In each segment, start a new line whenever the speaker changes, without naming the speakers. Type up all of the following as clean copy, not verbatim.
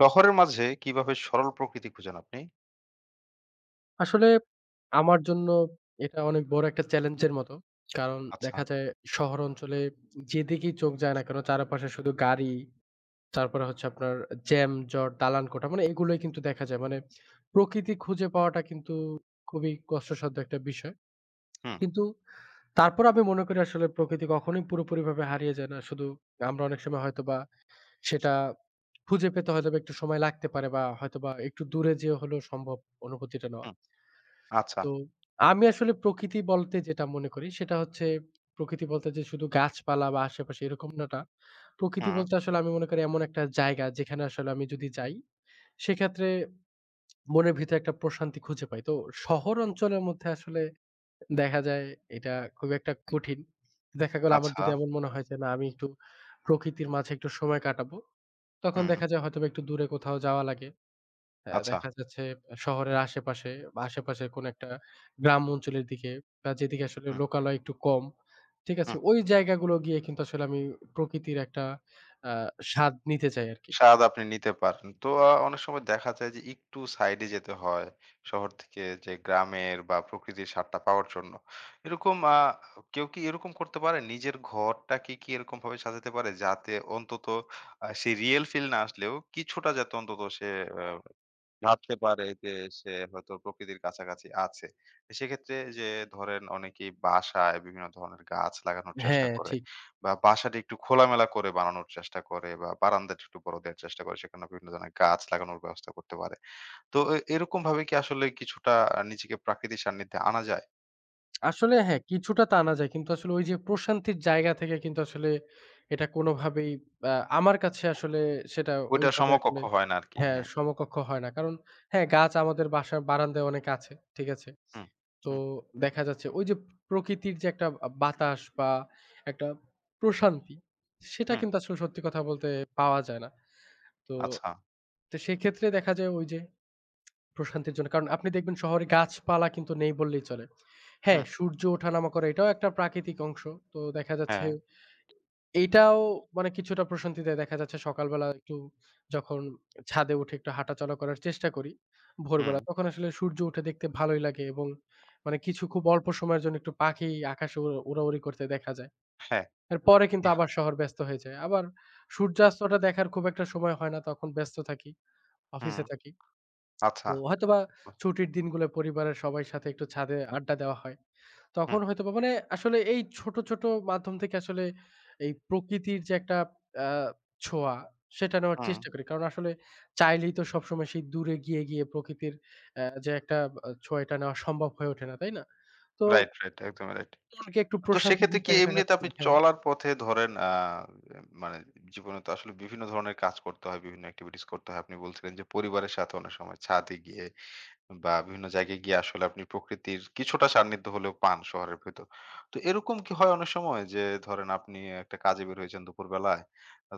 শহরের মাঝে কিভাবে সরল প্রকৃতি খুঁজেন আপনি?
আসলে আমার জন্য এটা অনেক বড় একটা চ্যালেঞ্জের মতো। কারণ
আচ্ছা।
দেখা যায় শহর অঞ্চলে যেদিকেই চোখ যায় না কেন চারপাশে শুধু গাড়ি, তারপরে হচ্ছে আপনার জ্যাম, জট, দালান কোঠা মানে এগুলোই কিন্তু দেখা যায়। মানে প্রকৃতি খুঁজে পাওয়াটা কিন্তু খুবই কষ্টসাধ্য একটা বিষয়।
হুম,
কিন্তু তারপর আমি মনে করি আসলে প্রকৃতি কখনোই পুরোপুরিভাবে হারিয়ে যায় না। শুধু আমরা অনেক সময় হয়তোবা সেটা খুঁজে পেতে হয়তোবা একটু সময় লাগতে পারে বা হয়তোবা একটু দূরে যেয়ে হলেও সম্ভব অনুভূতিটা নেওয়া।
হুম, আচ্ছা,
তো আমি আসলে প্রকৃতি বলতে যেটা মনে করি সেটা হচ্ছে প্রকৃতি বলতে যে শুধু গাছপালা বা আশেপাশে এরকম না টা। প্রকৃতি
হুম,
বলতে আসলে আমি মনে করি এমন একটা জায়গা যেখানে আসলে আমি যদি যাই সেক্ষেত্রে মনের ভিতরে একটা প্রশান্তি খুঁজে পাই। তো শহর অঞ্চলের মধ্যে আসলে দেখা যায় এটা খুব একটা কঠিন। দেখা গেল আমার
আচ্ছা,
যদি এমন মনে হয় যে না আমি একটু প্রকৃতির মাঝে একটু সময় কাটাবো, তখন
হুম,
দেখা যায় হয়তোবা একটু দূরে কোথাও যাওয়া লাগে।
আচ্ছা,
দেখা যাচ্ছে শহরের আশেপাশে বা আশেপাশের কোনো একটা গ্রাম অঞ্চলের দিকে বা যেদিকে আসলে
হুম,
লোকালয় একটু কম। ঠিক আছে?
হুম।
ওই জায়গাগুলো গিয়ে কিন্তু আসলে আমি প্রকৃতির একটা আ স্বাদ নিতে চাই আরকি।
স্বাদ আপনি নিতে পারেন। তো অনেক সময় দেখা যায় যে একটু সাইডে যেতে হয় শহর থেকে যে গ্রামের বা প্রকৃতির স্বাদটা পাওয়ার জন্য। এরকম কেউ কি এরকম করতে পারে? নিজের ঘরটাকে কি এরকমভাবে সাজাতে পারে যাতে অন্তত সেই রিয়াল ফিল না আসলেও কিছুটা যাতে অন্তত সে আ ভাবতে পারে যে সে হয়তো প্রকৃতির কাছাকাছি আছে। সেক্ষেত্রে যে ধরেন অনেকেই বাসায় বিভিন্ন ধরনের গাছ লাগানোর চেষ্টা
হ্যাঁ,
করে
ঠিক।
বা বাসাটি একটু খোলামেলা করে বানানোর চেষ্টা করে বা বারান্দাটি একটু বড় দেওয়ার চেষ্টা করে। সেখানে বিভিন্ন ধরনের গাছ লাগানোর ব্যবস্থা করতে পারে। তো এরকম ভাবে কি আসলে কিছুটা নিজেকে প্রাকৃতিক সান্নিধ্যে আনা যায়?
আসলে হ্যাঁ, কিছুটা তা আনা যায়। কিন্তু আসলে ওই যে প্রশান্তির জায়গা থেকে কিন্তু আসলে এটা কোনোভাবেই আ আমার কাছে আসলে সেটা
ওইটার
ওইভাবে
সমকক্ষ
আসলে
হয় না আরকি।
হ্যাঁ,
হ্যাঁ।
সমকক্ষ হয় না। কারণ হ্যাঁ, গাছ আমাদের বাসার বারান্দায় অনেক আছে। ঠিক আছে?
হুম,
তো
হুম,
দেখা যাচ্ছে ওই যে প্রকৃতির যে একটা বাতাস বা একটা প্রশান্তি, সেটা
হুম।
কিন্তু আসলে সত্যি কথা বলতে পাওয়া যায় না। তো,
আচ্ছা।
তো সেক্ষেত্রে দেখা যায় ওই যে প্রশান্তির জন্য কারণ আপনি দেখবেন শহরে গাছপালা কিন্তু নেই বললেই চলে। হ্যাঁ,
হুম,
সূর্য ওঠানামা করে এটাও একটা প্রাকৃতিক অংশ। তো দেখা যাচ্ছে
হ্যাঁ,
এইটাও মানে কিছুটা প্রশান্তি দেয়। দেখা যাচ্ছে সকালবেলা একটু যখন ছাদে উঠে একটু হাঁটাচলা করার চেষ্টা করি
হুম,
ভোরবেলা, তখন আসলে সূর্য উঠে দেখতে ভালোই লাগে এবং মানে কিছু খুব অল্প সময়ের জন্য একটু পাখি আকাশে উড়াউড়ি করতে দেখা যায়।
হ্যাঁ,
এরপরে কিন্তু
বাহ!
আবার শহর ব্যস্ত হয়ে যায়। আবার সূর্যাস্তটা দেখার খুব একটা সময় হয় না, তখন ব্যস্ত থাকি,
হুম,
অফিসে থাকি। তো
আচ্ছা।
হয়তোবা ছুটির দিনগুলো পরিবারের সবাই সাথে একটু ছাদে আড্ডা দেওয়া হয়।
হুম,
তখন হয়তোবা মানে আসলে এই ছোট, ছোট মাধ্যম থেকে আসলে এই প্রকৃতির যে একটা আ ছোঁয়া সেটা নেওয়ার
হুম।
চেষ্টা করি। কারণ আসলে চাইলেই তো সবসময় সেই দূরে গিয়ে, গিয়ে প্রকৃতির যে একটা ছোঁয়া এটা নেওয়া সম্ভব হয়ে ওঠে না, তাই না? তো
রাইট, রাইট। একদমই রাইট।
মনকে একটু
তো
প্রশান্তি
সেক্ষেত্রে কি
দিতে
এমনিতে
দেখাচ্ছে
আপনি
হ্যাঁ,
চলার পথে ধরেন মানে জীবনে তো আসলে বিভিন্ন ধরনের কাজ করতে হয়, বিভিন্ন এক্টিভিটিস করতে হয়। আপনি বলছিলেন যে পরিবারের সাথে অনেক সময় ছাদে গিয়ে বা বিভিন্ন জায়গায় গিয়ে আসলে আপনি প্রকৃতির কিছুটা সান্নিধ্য হলেও পান শহরের ভেতর। তো এরকম কি হয় অনেক সময় যে ধরেন আপনি একটা কাজে বের হয়েছেন দুপুরবেলায়।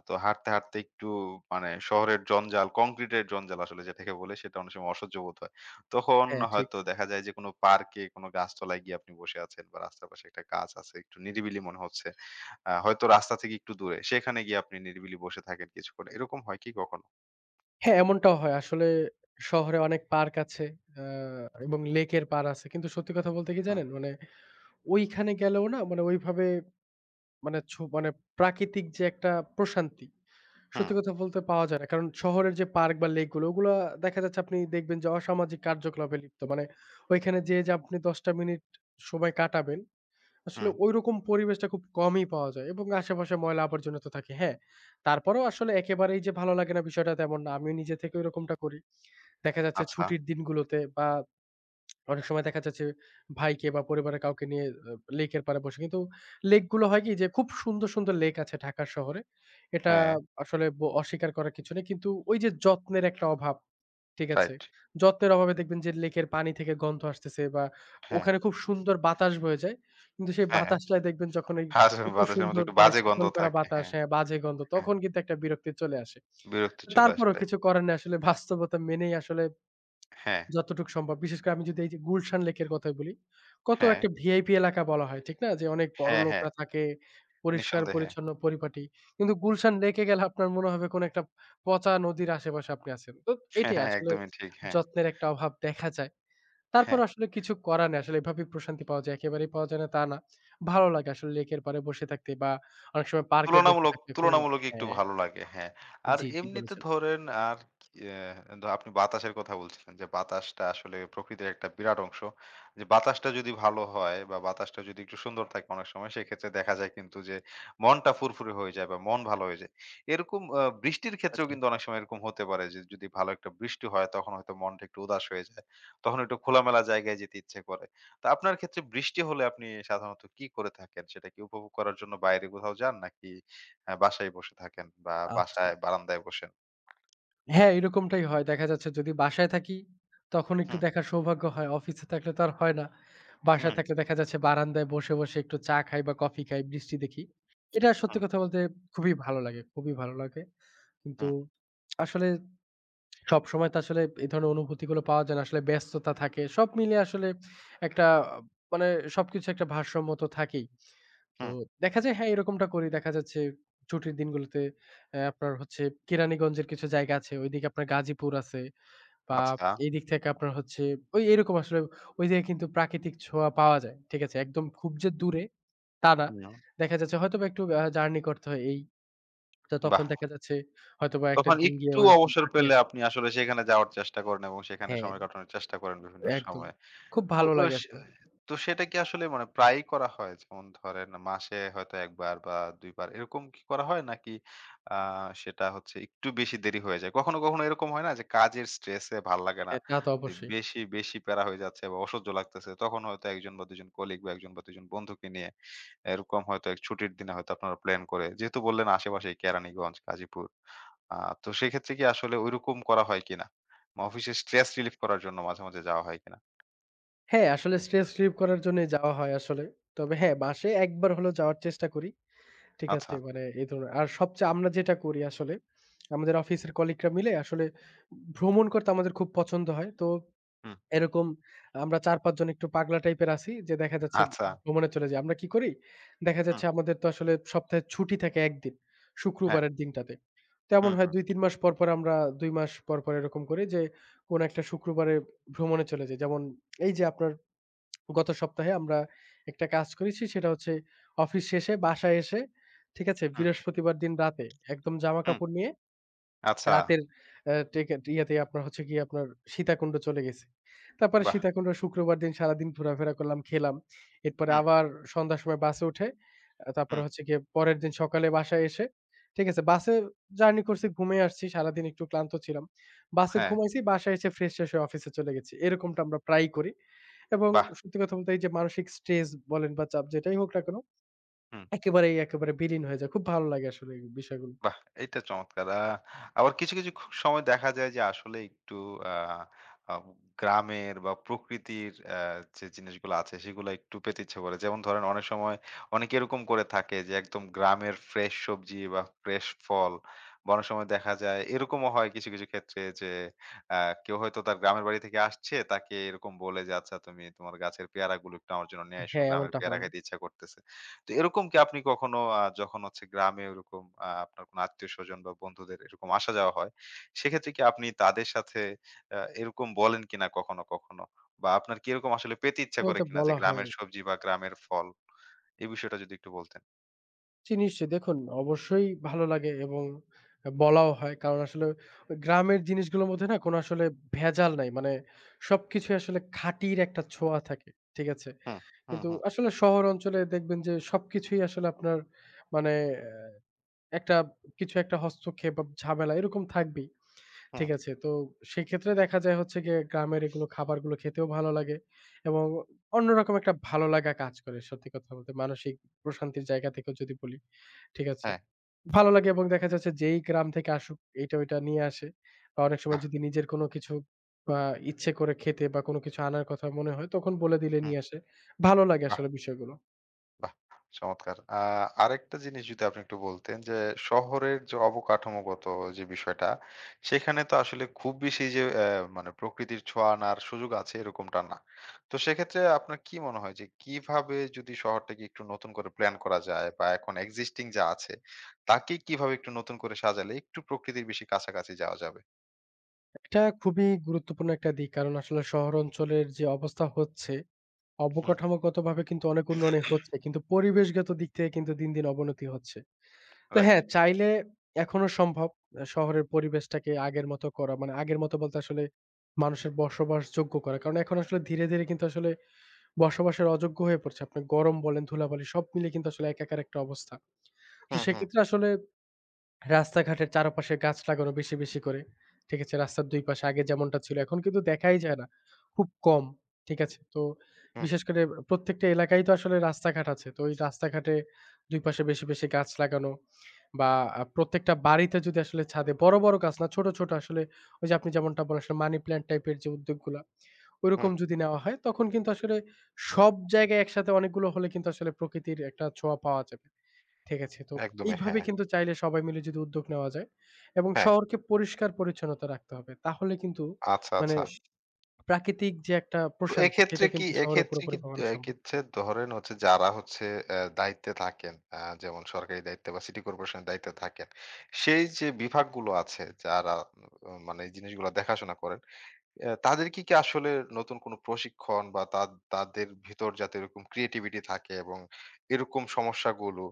তো হাঁটতে হাঁটতে একটু মানে শহরের জঞ্জাল, কংক্রিটের জঞ্জাল আসলে যেটাকে বলে সেটা অনেক সময় অসহ্য বোধ হয়। তখন
হ্যাঁ, ঠিক।
হয়তো দেখা যায় যে কোনো পার্কে কোনো গাছতলায় গিয়ে আপনি বসে আছেন বা রাস্তার পাশে একটা গাছ আছে, একটু নিরিবিলি মনে হচ্ছে। হয়তো রাস্তা থেকে একটু দূরে। সেখানে গিয়ে আপনি নিরিবিলি বসে থাকেন কিছুক্ষণ। এরকম হয় কি কখনো?
হ্যাঁ, এমনটাও হয়। আসলে শহরে অনেক পার্ক আছে আ এবং লেকের পাড় আছে। কিন্তু সত্যি কথা বলতে কি
হুম,
জানেন? মানে ওইখানে গেলেও না মানে ওইভাবে মানে মানে প্রাকৃতিক যে একটা প্রশান্তি,
হুম,
সত্যি কথা বলতে পাওয়া যায় না। কারণ শহরের যে পার্ক বা লেকগুলো, ওগুলা দেখা যাচ্ছে আপনি দেখবেন যে অসামাজিক কার্যকলাপে লিপ্ত। মানে ওইখানে যেয়ে যে আপনি ১০ টা মিনিট সময় কাটাবেন, আসলে
হুম।
ঐরকম পরিবেশটা খুব কমই পাওয়া যায় এবং আশেপাশে ময়লা আবর্জনা তো থাকে, হ্যাঁ। তারপরেও আসলে একেবারেই যে ভালো লাগে না বিষয়টা তেমন না। আমিও নিজে থেকে ঐরকমটা করি। দেখা যাচ্ছে
আচ্ছা।
ছুটির দিনগুলোতে বা অনেক সময় দেখা যাচ্ছে ভাইকে বা পরিবারের কাউকে নিয়ে লেকের পাড়ে বসে। কিন্তু লেকগুলো হয় কি যে খুব সুন্দর, সুন্দর লেক আছে ঢাকা শহরে। এটা
হ্যাঁ,
আসলে অস্বীকার করার কিছু নেই। কিন্তু ওই যে যত্নের একটা অভাব, ঠিক আছে?
রাইট।
যত্নের অভাবে দেখবেন যে লেকের পানি থেকে গন্ধ আসতেছে বা
হ্যাঁ,
ওখানে খুব সুন্দর বাতাস বয়ে যায়। কিন্তু সেই
হ্যাঁ।
বাতাসটাই দেখবেন যখন ওই
হাজে
এত
বাতাসের মধ্যে
সুন্দর
একটু
মানে
বাজে গন্ধ
শীতল করা
থাকে।
বাতাস,
হ্যাঁ,
হ্যাঁ, বাজে গন্ধ
হ্যাঁ।
তখন কিন্তু একটা বিরক্তি চলে আসে।
বিরক্তি চলে আসে,
তারপরেও
রাইট।
কিছু করার নেই আসলে বাস্তবতা মেনেই আসলে
হ্যাঁ,
যতটুকু সম্ভব। বিশেষ করে আমি যদি এই যে গুলশান লেকের কথাই বলি, কত
হ্যাঁ,
একটা ভিআইপি এলাকা বলা হয়, ঠিক না? যে অনেক
হ্যাঁ, হ্যাঁ।
বড়লোকরা থাকে,
নিঃসন্দেহে।
পরিষ্কার-পরিচ্ছন্ন, পরিপাটি। কিন্তু গুলশান লেকে গেলে আপনার মনে হবে কোন একটা পচা নদীর আশেপাশে আপনি আছেন। তো
হ্যাঁ,
এটাই
হ্যাঁ,
আসলে
একদমই ঠিক। হ্যাঁ,
যত্নের একটা অভাব দেখা যায়। তারপর
হ্যাঁ।
আসলে কিছু করার নেই। আসলে এভাবেই প্রশান্তি পাওয়া যায়। একেবারেই পাওয়া যায় না তা না। ভালো লাগে আসলে লেকের পাড়ে বসে থাকতে বা অনেক সময় পার্কে বসে
তুলনামূলক
থাকতে খুব
তুলনামূলক একটু
হ্যাঁ।
ভালো লাগে। হ্যাঁ। আর
জি, ঠিক
এমনিতে
বলেছেন।
ধরেন আর আপনি বাতাসের কথা বলছিলেন যে বাতাসটা আসলে প্রকৃতির একটা বিরাট অংশ। যে বাতাসটা যদি ভালো হয় বা বাতাসটা যদি একটু সুন্দর থাকে অনেক সময় সেক্ষেত্রে দেখা যায় কিন্তু যে মনটা ফুরফুরে হয়ে যায় বা মন ভালো হয়ে যায়। এরকম বৃষ্টির ক্ষেত্রেও
আচ্ছা।
কিন্তু অনেক সময় এরকম হতে পারে যে যদি ভালো একটা বৃষ্টি হয় তখন হয়তো মনটা একটু উদাস হয়ে যায়। তখন একটু খোলামেলা জায়গায় যেতে ইচ্ছে করে। তা আপনার ক্ষেত্রে বৃষ্টি হলে আপনি সাধারণত কি করে থাকেন? সেটা কি উপভোগ করার জন্য বাইরে কোথাও যান নাকি বাসায় বসে থাকেন বা
আচ্ছা।
বাসায় বারান্দায় বসেন?
হ্যাঁ, এরকমটাই হয়। দেখা যাচ্ছে যদি বাসায় থাকি, তখন একটু
হুম,
দেখার সৌভাগ্য হয়। অফিসে থাকলে তো আর হয় না। বাসায়
হুম,
থাকলে দেখা যাচ্ছে বারান্দায় বসে, বসে একটু চা খাই বা কফি খাই, বৃষ্টি দেখি। এটা সত্যি
হুম,
কথা বলতে খুবই ভালো লাগে, খুবই ভালো লাগে। কিন্তু
হুম,
আসলে সবসময় তো আসলে এই ধরনের অনুভূতিগুলো পাওয়া যায় না। আসলে ব্যস্ততা থাকে। সব মিলিয়ে আসলে একটা মানে সবকিছু একটা ভারসাম্য তো থাকেই। তো
হুম।
দেখা যায় হ্যাঁ, এরকমটা করি। দেখা যাচ্ছে ছুটির দিনগুলোতে আপনার হচ্ছে কেরানীগঞ্জের কিছু জায়গা আছে। ওইদিকে আপনার গাজীপুর আছে। বা
আচ্ছা।
এইদিক থেকে আপনার হচ্ছে ওই এরকম আসলে ওই জায়গায় কিন্তু প্রাকৃতিক ছোঁয়া পাওয়া যায়। ঠিক আছে? একদম খুব যে দূরে তা না।
হুম,
দেখা যাচ্ছে হয়তোবা একটু জার্নি করতে হয় এই তো তখন
বাহ!
দেখা যাচ্ছে হয়তোবা একটা
তখন
দিন গিয়ে
একটু
ওইরকম
অবসর
কাটিয়ে
পেলে
আসি
আপনি আসলে সেখানে যাওয়ার চেষ্টা করেন এবং সেখানে
হ্যাঁ,
সময় কাটানোর চেষ্টা করেন বিভিন্ন
একদম।
সময়ে।
খুব
তো
ভালো
ও
লাগে
সে
আসলে।
তো সেটা কি আসলে মানে প্রায়ই করা হয়? যেমন ধরেন মাসে হয়তো ১ বার বা ২ বার এরকম কি করা হয়? নাকি আ সেটা হচ্ছে একটু বেশি দেরি হয়ে যায়? কখনো, কখনো এরকম হয় না যে কাজের স্ট্রেসে ভাল লাগে না।
হ্যাঁ, তা তো
যে
অবশ্যই।
বেশি, বেশি প্যারা হয়ে যাচ্ছে বা অসহ্য লাগতেছে। তখন হয়তো ১ জন বা ২ জন কলিগ বা ১ জন বা ২ জন বন্ধুকে নিয়ে এরকম হয়তো এক ছুটির দিনে হয়তো আপনারা প্ল্যান করে যেহেতু বললেন আশেপাশেই কেরানীগঞ্জ, গাজীপুর। আ তো সেক্ষেত্রে কি আসলে ঐরকম করা হয় কিনা? অফিসের স্ট্রেস রিলিফ করার জন্য মাঝে, মাঝে যাওয়া হয় কিনা?
হ্যাঁ, আসলে স্ট্রেস রিলিভ করার জন্যই যাওয়া হয় আসলে। তবে হ্যাঁ, মাসে একবার হলেও যাওয়ার চেষ্টা করি। ঠিক আছে?
আচ্ছা।
মানে এই ধরনের আর সবচেয়ে আমরা যেটা করি আসলে আমাদের অফিসের কলিগরা মিলে আসলে ভ্রমণ করতে আমাদের খুব পছন্দ হয়। তো
হুম।
এরকম আমরা ৪-৫ জন একটু পাগলা টাইপের আছি যে দেখা যাচ্ছে
আচ্ছা।
ভ্রমণে চলে যাই। আমরা কি করি? দেখা
হুম,
যাচ্ছে আমাদের তো আসলে সপ্তাহে ছুটি থাকে ১ দিন,
হ্যাঁ।
শুক্রবারের দিনটাতে। তো এমন
হুম,
হয়
হুম,
২-৩ মাস পর, পর আমরা ২ মাস পর, পর এরকম করি যে কোন একটা শুক্রবারে ভ্রমণে চলে যাই। যেমন এই যে আপনার গত সপ্তাহে আমরা একটা কাজ করেছি সেটা হচ্ছে অফিস শেষে বাসায় এসে ঠিক আছে?
হুম,
বৃহস্পতিবার দিন রাতে একদম
হুম।
জামাকাপড় নিয়ে
আচ্ছা।
রাতের টেকে ইয়াতে আপনার হচ্ছে গিয়ে আপনার সীতাকুণ্ড চলে গেছি। তারপরে
বাহ!
সীতাকুণ্ড শুক্রবার দিন সারাদিন ঘোরাফেরা করলাম, খেলাম। এরপরে
হুম,
আবার সন্ধ্যার সময় বাসে উঠে তারপরে
হুম।
হচ্ছে গিয়ে পরের দিন সকালে বাসায় এসে, ঠিক আছে? বাসে জার্নি করছি, ঘুমিয়ে আসছি। সারাদিন একটু ক্লান্ত ছিলাম। বাসে
হ্যাঁ,
ঘুমাইছি, বাসায় এসে ফ্রেশ ট্রেশ হয়ে অফিসে চলে গেছি। এরকমটা আমরা প্রায়ই করি এবং
বাহ!
সত্যি কথা বলতে এই যে মানসিক স্ট্রেস বলেন বা চাপ যেটাই হোক না কেন,
হুম।
একেবারে বিলীন হয়ে যায়। খুব ভালো লাগে আসলে এই বিষয়গুলো।
বাহ! এইটা চমৎকার। আবার কিছু, কিছু সময় দেখা যায় যে আসলে একটু আ আ গ্রামের বা প্রকৃতির যে জিনিসগুলো আছে সেগুলো একটু পেতে ইচ্ছে করে। যেমন ধরেন অনেক সময় অনেকে এরকম করে থাকে যে একদম গ্রামের ফ্রেশ সবজি বা ফ্রেশ ফল বা অনেক সময় দেখা যায় এরকমও হয় কিছু, কিছু ক্ষেত্রে যে আ কেউ হয়তো তার গ্রামের বাড়ি থেকে আসছে তাকে এরকম বলে যে, "আচ্ছা তুমি তোমার গাছের পেয়ারাগুলো একটু আমার জন্য নিয়ে আইসো।
হ্যাঁ,
গ্রামের
এমনটা
পেয়ারা
হয়।
খাইতে ইচ্ছা করতেছে।" তো এরকম কি আপনি কখনো যখন হচ্ছে গ্রামে ওরকম আপনার কোনো আত্মীয়স্বজন বা বন্ধুদের এরকম আসা যাওয়া হয়, সেক্ষেত্রে কি আপনি তাদের সাথে এরকম বলেন কিনা কখনো, কখনো? বা আপনার কি এরকম আসলে পেতে
সত্যি
ইচ্ছা করে
বলতে
কিনা যে
বলা হয়।
গ্রামের সবজি বা গ্রামের ফল? এই বিষয়টা যদি একটু বলতেন।
জি, নিশ্চয়ই। দেখুন অবশ্যই ভালো লাগে এবং বলাও হয়। কারণ আসলে ওই গ্রামের জিনিসগুলোর মধ্যে না কোনো আসলে ভেজাল নাই। মানে সবকিছুই আসলে খাঁটির একটা ছোঁয়া থাকে। ঠিক আছে?
হুম, হুম,
কিন্তু
হুম,
আসলে শহর অঞ্চলে দেখবেন যে সবকিছুই আসলে আপনার মানে আহ, একটা কিছু একটা হস্তক্ষেপ বা ঝামেলা এরকম থাকবেই।
হুম।
ঠিক আছে? তো সেক্ষেত্রে দেখা যায় হচ্ছে গিয়ে গ্রামের এগুলো খাবারগুলো খেতেও ভালো লাগে এবং অন্যরকম একটা ভালো লাগা কাজ করে সত্যি কথা বলতে। মানসিক প্রশান্তির জায়গা থেকেও যদি বলি। ঠিক আছে?
হ্যাঁ,
ভালো লাগে এবং দেখা যাচ্ছে যেই গ্রাম থেকে আসুক এইটা ওইটা নিয়ে আসে। বা অনেক সময়
বাহ!
যদি নিজের কোনো কিছু বা ইচ্ছে করে খেতে বা কোনো কিছু আনার কথা মনে হয় তখন বলে দিলে
হুম,
নিয়ে আসে। ভালো লাগে
বাহ!
আসলে বিষয়গুলো।
বাহ! চমৎকার। আরেকটা জিনিস যদি আপনি একটু বলতেন যে শহরের যে অবকাঠামোগত যে বিষয়টা, সেখানে তো আসলে খুব বেশি যে মানে প্রকৃতির ছোঁয়া আনার সুযোগ আছে এরকমটা না। তো সেক্ষেত্রে আপনার কি মনে হয় যে কিভাবে যদি শহরটাকে একটু নতুন করে প্ল্যান করা যায় বা এখন এক্সিস্টিং যা আছে, তাকে কিভাবে একটু নতুন করে সাজালে একটু প্রকৃতির বেশি কাছাকাছি যাওয়া যাবে?
এটা খুবই গুরুত্বপূর্ণ একটা দিক। কারণ আসলে শহর অঞ্চলের যে অবস্থা হচ্ছে,
হুম,
অবকাঠামোগতভাবে কিন্তু অনেক উন্নয়নই হচ্ছে। কিন্তু পরিবেশগত দিক থেকে কিন্তু দিন, দিন অবনতি হচ্ছে। তো
রাইট।
হ্যাঁ, চাইলে এখনো সম্ভব শহরের পরিবেশটাকে আগের মতো করা। মানে আগের মতো বলতে আসলে মানুষের বসবাসযোগ্য করা। কারণ এখন আসলে ধীরে, ধীরে কিন্তু আসলে বসবাসের অযোগ্য হয়ে পড়ছে। আপনি গরম বলেন, ধুলাবালি সব মিলিয়ে কিন্তু আসলে একাকার একটা অবস্থা। তো
হুম, হুম,
সেক্ষেত্রে আসলে রাস্তাঘাটের চারপাশে গাছ লাগানো বেশি, বেশি করে। ঠিক আছে? রাস্তার ২ পাশে আগে যেমনটা ছিল এখন কিন্তু দেখাই যায় না। খুব কম। ঠিক আছে? তো
হুম,
বিশেষ করে প্রত্যেকটা এলাকায় তো আসলে রাস্তাঘাট আছে। তো ওই রাস্তাঘাটে ২ পাশে বেশি, বেশি গাছ লাগানো বা প্রত্যেকটা বাড়িতে যদি আসলে ছাদে বড়, বড় গাছ না ছোট, ছোট আসলে ওই যে আপনি যেমনটা বলেন আসলে মানি প্ল্যান্ট টাইপের যে উদ্যোগগুলা
হুম।
ওইরকম যদি নেওয়া হয় তখন কিন্তু আসলে সব জায়গায় একসাথে অনেকগুলো হলে কিন্তু আসলে প্রকৃতির একটা ছোঁয়া পাওয়া যাবে। ঠিক আছে? তো
একদমই
এইভাবে
হ্যাঁ,
কিন্তু চাইলে সবাই মিলে যদি উদ্যোগ নেওয়া যায় এবং
হ্যাঁ।
শহরকে পরিষ্কার-পরিচ্ছন্নতা রাখতে হবে। তাহলে কিন্তু
আচ্ছা,
মানে
আচ্ছা।
প্রাকৃতিক যে একটা
তো
প্রশান্তি
এক্ষেত্রে
সেটা
কি
কিন্তু শহরে
এক্ষেত্রে কি
পুরোপুরি
দ
কমানো সম্ভব।
এক্ষেত্রে ধরেন হচ্ছে যারা হচ্ছে দায়িত্বে থাকেন, যেমন সরকারি দায়িত্বে বা সিটি কর্পোরেশনের দায়িত্বে থাকেন, সেই যে বিভাগগুলো আছে যারা মানে এই জিনিসগুলো দেখাশোনা করেন, তাদেরকে কি আসলে নতুন কোনো প্রশিক্ষণ বা তাদের ভিতর যাতে এরকম ক্রিয়েটিভিটি থাকে এবং এরকম সমস্যাগুলো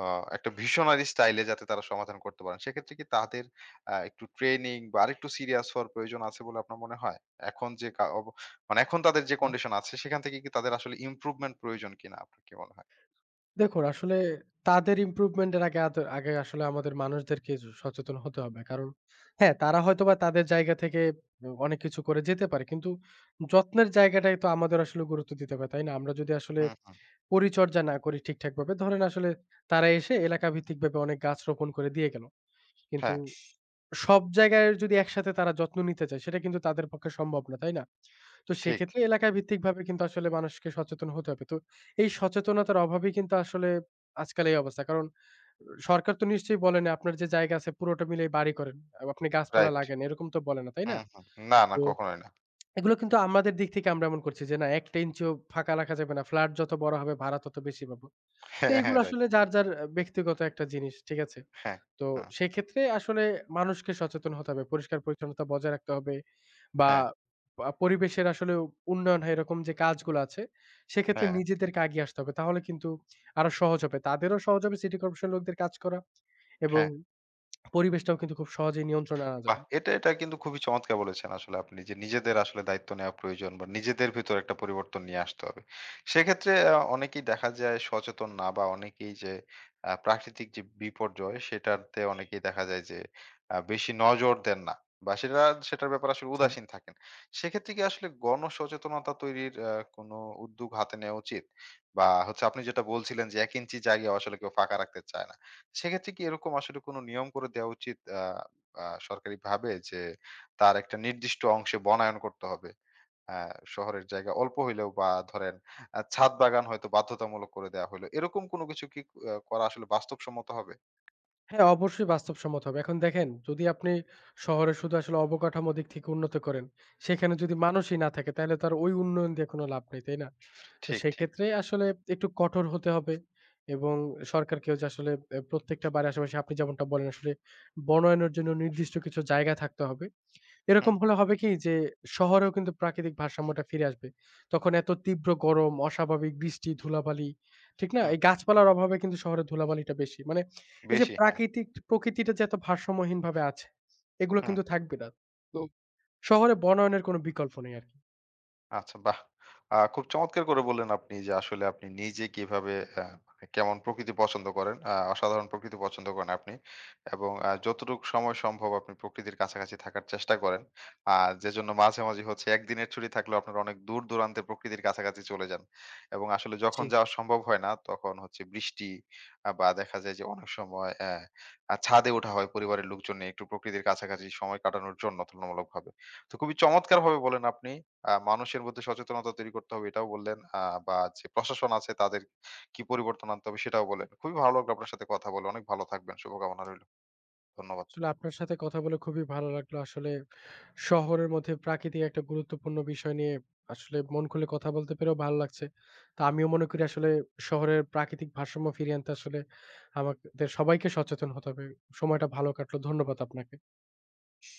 আ একটা ভিশনারি স্টাইলে যাতে তারা সমাধান করতে পারেন। সেক্ষেত্রে কি তাদের একটু ট্রেনিং বা আরেকটু সিরিয়াস হওয়ার প্রয়োজন আছে বলে আপনার মনে হয়? এখন যে কা অব মানে এখন তাদের যে
আ
কন্ডিশন আছে সেখান থেকে কি তাদের আসলে ইমপ্রুভমেন্ট প্রয়োজন কিনা আপনার কি মনে হয়?
দেখুন, আসলে তাদের ইমপ্রুভমেন্ট এর আগে আগে আসলে আমাদের মানুষদেরকে সচেতন হতে হবে। কারণ হ্যাঁ, তারা হয়তোবা তাদের জায়গা থেকে অনেক কিছু করে যেতে পারে। কিন্তু যত্নের জায়গাটাই তো আমাদের আসলে গুরুত্ব দিতে হবে, তাই না? আমরা যদি আসলে
হুম, হুম।
পরিচর্যা না করি ঠিকঠাকভাবে, ধরেন আসলে তারা এসে এলাকাভিত্তিকভাবে অনেক গাছ রোপণ করে দিয়ে গেল। কিন্তু
হ্যাঁ,
সব জায়গায় যদি একসাথে তারা যত্ন নিতে চায় সেটা কিন্তু তাদের পক্ষে সম্ভব না, তাই না? তো
ঠিক।
সেক্ষেত্রে এলাকা ভিত্তিকভাবে কিন্তু আসলে মানুষকে সচেতন হতে হবে। তো এই সচেতনতার অভাবেই কিন্তু আসলে আজকাল এই অবস্থা। কারণ সরকার তো নিশ্চয়ই বলে না আপনার যে জায়গা আছে পুরোটা মিলেই বাড়ি করেন। আপনি গাছপালা
রাইট।
লাগান এরকম তো বলে না, তাই না?
হুম, হুম। না, না
তো
কখনোই না।
এগুলো কিন্তু আমাদের দিক থেকে আমরা এমন করছি যে না ১ টা ইঞ্চিও ফাঁকা রাখা যাবে না। ফ্ল্যাট যত বড় হবে ভাড়া তত বেশি পাবো। তো
হ্যাঁ, হ্যাঁ,
এইগুলো
রাইট।
আসলে যার, যার ব্যক্তিগত একটা জিনিস। ঠিক আছে?
হ্যাঁ,
তো
হ্যাঁ,
সেক্ষেত্রে আসলে মানুষকে সচেতন হতে হবে। পরিষ্কার-পরিচ্ছন্নতা বজায় রাখতে হবে বা
হ্যাঁ,
পরিবেশের আসলে উন্নয়ন হয় এরকম যে কাজগুলো আছে, সেক্ষেত্রে
হ্যাঁ,
নিজেদেরকে আগিয়ে আসতে হবে। তাহলে কিন্তু আরো সহজ হবে। তাদেরও সহজ হবে সিটি কর্পোরেশন লোকদের কাজ করা এবং
হ্যাঁ।
পরিবেশটাও কিন্তু খুব সহজেই নিয়ন্ত্রণে আনা
বাহ!
যাবে।
এটা, এটা কিন্তু খুবই চমৎকার বলেছেন আসলে আপনি যে নিজেদের আসলে দায়িত্ব নেওয়া প্রয়োজন বা নিজেদের ভেতর একটা পরিবর্তন নিয়ে আসতে হবে। সেক্ষেত্রে অনেকেই দেখা যায় সচেতন না বা অনেকেই যে প্রাকৃতিক যে বিপর্যয় সেটাতে অনেকেই দেখা যায় যে বেশি নজর দেন না বা সেটা সেটার ব্যাপারে আসলে
বুঝছেন?
উদাসীন থাকেন। সেক্ষেত্রে কি আসলে গণসচেতনতা তৈরির কোনো উদ্যোগ হাতে নেওয়া উচিত? বা হচ্ছে আপনি যেটা বলছিলেন যে ১ ইঞ্চি জায়গা আসলে কেউ ফাঁকা রাখতে চায় না। সেক্ষেত্রে কি এরকম আসলে কোনো নিয়ম করে দেওয়া উচিত? আ আ সরকারিভাবে যে তার একটা নির্দিষ্ট অংশে বনায়ন করতে হবে। আ শহরের জায়গা অল্প হইলেও বা ধরেন ছাদ বাগান হয়তো বাধ্যতামূলক করে দেয়া হইলো। এরকম কোনো কিছু কি করা আসলে বাস্তবসম্মত হবে?
হ্যাঁ, অবশ্যই বাস্তবসম্মত হবে। এখন দেখেন যদি আপনি শহরে শুধু আসলে অবকাঠামো দিক থেকে উন্নত করেন, সেখানে যদি মানুষই না থাকে তাহলে তো আর ওই উন্নয়ন দিয়ে কোনো লাভ নেই, তাই না? তো
ঠিক, ঠিক।
সেক্ষেত্রে আসলে একটু কঠোর হতে হবে এবং সরকারকেও যে আসলে প্রত্যেকটা বাড়ির আশেপাশে আপনি যেমনটা বলেন আসলে বনায়নের জন্য নির্দিষ্ট কিছু জায়গা থাকতে হবে।
হুম,
এরকম হলে হবে কি যে শহরেও কিন্তু প্রাকৃতিক ভারসাম্যটা ফিরে আসবে। তখন এত তীব্র গরম, অস্বাভাবিক বৃষ্টি, ধুলাবালি, ঠিক না?
হুম।
এই গাছপালার অভাবে কিন্তু শহরে ধুলাবালিটা বেশি। মানে এই যে
বেশি, হ্যাঁ।
প্রকৃতিটা যে এত ভারসাম্যহীনভাবে আছে, এগুলো
হুম।
কিন্তু থাকবে না। তো শহরে বনায়নের কোনো বিকল্প নেই আরকি।
আচ্ছা বাহ! খুব চমৎকার করে বললেন আপনি যে আসলে আপনি নিজে কিভাবে আ মানে কেমন প্রকৃতি পছন্দ করেন। অসাধারণ প্রকৃতি পছন্দ করেন আপনি। এবং যতটুকু সময় সম্ভব আপনি প্রকৃতির কাছাকাছি থাকার চেষ্টা করেন। আর যেজন্য মাঝামাঝি হচ্ছে একদিনের ছুটি থাকলেও আপনারা অনেক দূর দূরান্তে প্রকৃতির কাছাকাছি চলে যান। এবং আসলে যখন
জি,
যাওয়া সম্ভব হয় না তখন হচ্ছে বৃষ্টি বা দেখা যায় যে অনেক সময় অ্যা আ ছাদে ওঠা হয় পরিবারের লোকজন নিয়ে একটু প্রকৃতির কাছাকাছি সময় কাটানোর জন্য তুলনামূলকভাবে। তো খুবই চমৎকারভাবে বলেন আপনি মানুষের মধ্যে সচেতনতা তৈরি করতে হবে এটাও বললেন। বা যে প্রশাসন আছে তাদের কি পরিবর্তন আনতে হবে সেটাও বললেন। খুবই ভালো লাগলো আপনার সাথে কথা বলে। অনেক ভালো থাকবেন। শুভকামনা রইল। ধন্যবাদ।
আসলে আপনার সাথে কথা বলে খুবই ভালো লাগলো। আসলে শহরের মধ্যে প্রাকৃতিক একটা গুরুত্বপূর্ণ বিষয় নিয়ে আসলে মন খুলে কথা বলতে পেরেও ভালো লাগছে। তো আমিও মনে করি আসলে শহরের প্রাকৃতিক ভারসাম্য ফিরিয়ে আনতে আসলে আমাদের সবাইকে সচেতন হতে হবে। সময়টা ভালো কাটলো। ধন্যবাদ আপনাকে।